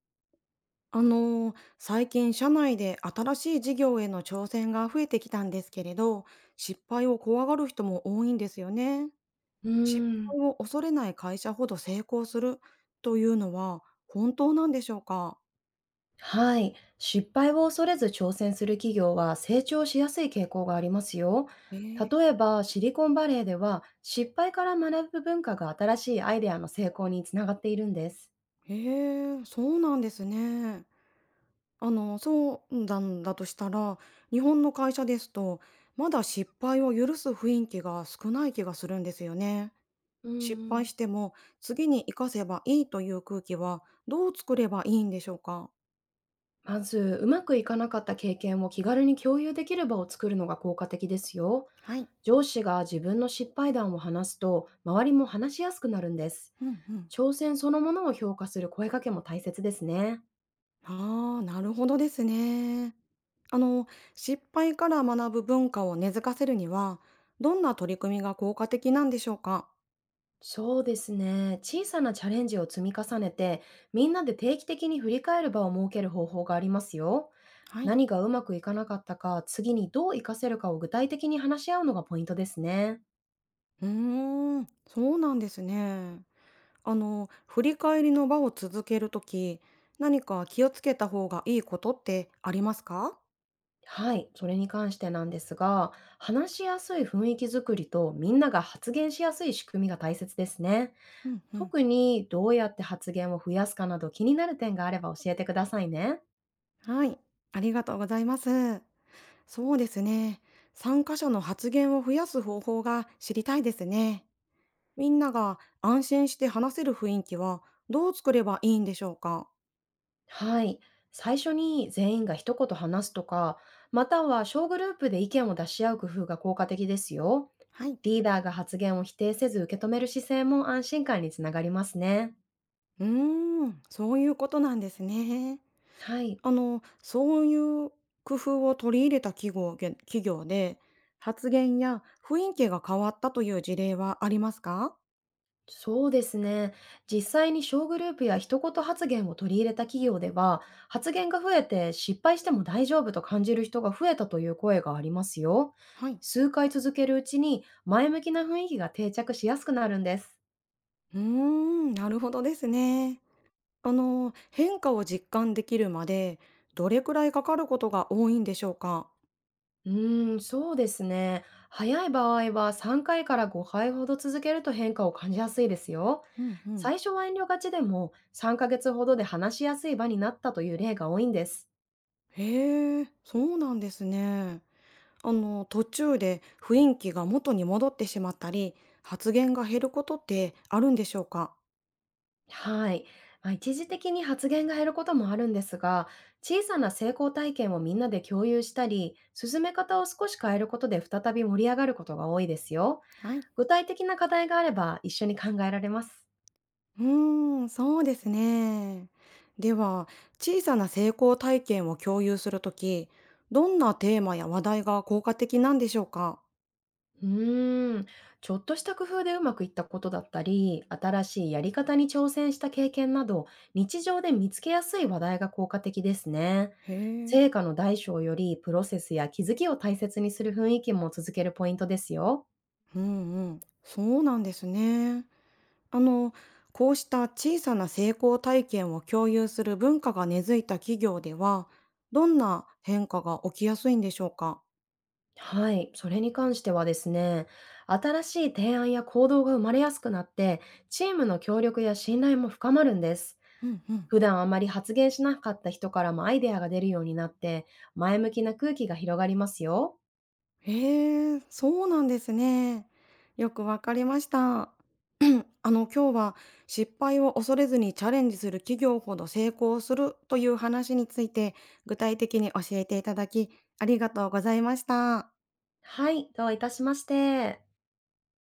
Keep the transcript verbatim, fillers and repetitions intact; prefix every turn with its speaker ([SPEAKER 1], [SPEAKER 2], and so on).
[SPEAKER 1] あのー最近社内で新しい事業への挑戦が増えてきたんですけれど、失敗を怖がる人も多いんですよね。
[SPEAKER 2] うー
[SPEAKER 1] 失
[SPEAKER 2] ん、
[SPEAKER 1] 敗を恐れない会社ほど成功するというのは本当なんでしょうか？
[SPEAKER 2] はい。失敗を恐れず挑戦する企業は成長しやすい傾向がありますよ。
[SPEAKER 1] えー、
[SPEAKER 2] 例えば、シリコンバレーでは失敗から学ぶ文化が新しいアイデアの成功につながっているんです。
[SPEAKER 1] えー、そうなんですね。あの、そうなんだとしたら、日本の会社ですと、まだ失敗を許す雰囲気が少ない気がするんですよね。
[SPEAKER 2] うんう
[SPEAKER 1] 失敗し
[SPEAKER 2] ん。
[SPEAKER 1] ても次に生かせばいいという空気はどう作ればいいんでしょうか？
[SPEAKER 2] まず、うまくいかなかった経験を気軽に共有できる場を作るのが効果的ですよ。
[SPEAKER 1] はい。
[SPEAKER 2] 上司が自分の失敗談を話すと、周りも話しやすくなるんです。
[SPEAKER 1] うんうん。
[SPEAKER 2] 挑戦そのものを評価する声かけも大切ですね。
[SPEAKER 1] ああ、なるほどですね。あの、失敗から学ぶ文化を根付かせるには、どんな取り組みが効果的なんでしょうか？
[SPEAKER 2] そうですね。小さなチャレンジを積み重ねて、みんなで定期的に振り返る場を設ける方法がありますよ。
[SPEAKER 1] はい。
[SPEAKER 2] 何がうまくいかなかったか、次にどう活かせるかを具体的に話し合うのがポイントですね。
[SPEAKER 1] うーん、そうなんですね。あの、振り返りの場を続けるとき、何か気をつけた方がいいことってありますか？
[SPEAKER 2] はい、それに関してなんですが、話しやすい雰囲気づくりとみんなが発言しやすい仕組みが大切ですね。
[SPEAKER 1] うんうん。
[SPEAKER 2] 特にどうやって発言を増やすかなど、気になる点があれば教えてくださいね。
[SPEAKER 1] はい、ありがとうございます。そうですね。参加者の発言を増やす方法が知りたいですね。みんなが安心して話せる雰囲気はどう作ればいいんでしょうか？
[SPEAKER 2] はい。最初に全員が一言話すとか、または小グループで意見を出し合う工夫が効果的ですよ。
[SPEAKER 1] はい。
[SPEAKER 2] リーダーが発言を否定せず受け止める姿勢も安心感につながりますね。
[SPEAKER 1] うーん、そういうことなんですね。
[SPEAKER 2] はい。
[SPEAKER 1] あの、そういう工夫を取り入れた企業げ企業で、発言や雰囲気が変わったという事例はありますか？
[SPEAKER 2] そうですね。実際に小グループや一言発言を取り入れた企業では、発言が増えて失敗しても大丈夫と感じる人が増えたという声がありますよ。
[SPEAKER 1] はい。
[SPEAKER 2] 数回続けるうちに前向きな雰囲気が定着しやすくなるんです。
[SPEAKER 1] うーん、なるほどですね。あの、変化を実感できるまで、どれくらいかかることが多いんでしょうか？
[SPEAKER 2] うーん、そうですね。早い場合はさんかいかいからごかいほど続けると変化を感じやすいですよ。
[SPEAKER 1] うんうん。
[SPEAKER 2] 最初は遠慮がちでもさんかげつほどで話しやすい場になったという例が多いんです。
[SPEAKER 1] へえ、そうなんですね。あの、途中で雰囲気が元に戻ってしまったり、発言が減ることってあるんでしょうか？
[SPEAKER 2] はい。まあ、一時的に発言が減ることもあるんですが、小さな成功体験をみんなで共有したり、進め方を少し変えることで再び盛り上がることが多いですよ。
[SPEAKER 1] はい。
[SPEAKER 2] 具体的な課題があれば一緒に考えられます。
[SPEAKER 1] うーん、そうですね。では、小さな成功体験を共有するとき、どんなテーマや話題が効果的なんでしょうか？
[SPEAKER 2] うーん、ちょっとした工夫でうまくいったことだったり、新しいやり方に挑戦した経験など、日常で見つけやすい話題が効果的ですね。
[SPEAKER 1] へえ。
[SPEAKER 2] 成果の大小よりプロセスや気づきを大切にする雰囲気も続けるポイントですよ。
[SPEAKER 1] うんうん。そうなんですね。あの、こうした小さな成功体験を共有する文化が根付いた企業では、どんな変化が起きやすいんでしょうか？
[SPEAKER 2] はい、それに関してはですね、新しい提案や行動が生まれやすくなって、チームの協力や信頼も深まるんです。
[SPEAKER 1] うんうん。
[SPEAKER 2] 普段あまり発言しなかった人からもアイデアが出るようになって、前向きな空気が広がりますよ。
[SPEAKER 1] へえ、そうなんですね。よくわかりました。あの、今日は失敗を恐れずにチャレンジする企業ほど成功するという話について具体的に教えていただき、ありがとうございました。
[SPEAKER 2] はい、どういたしまして。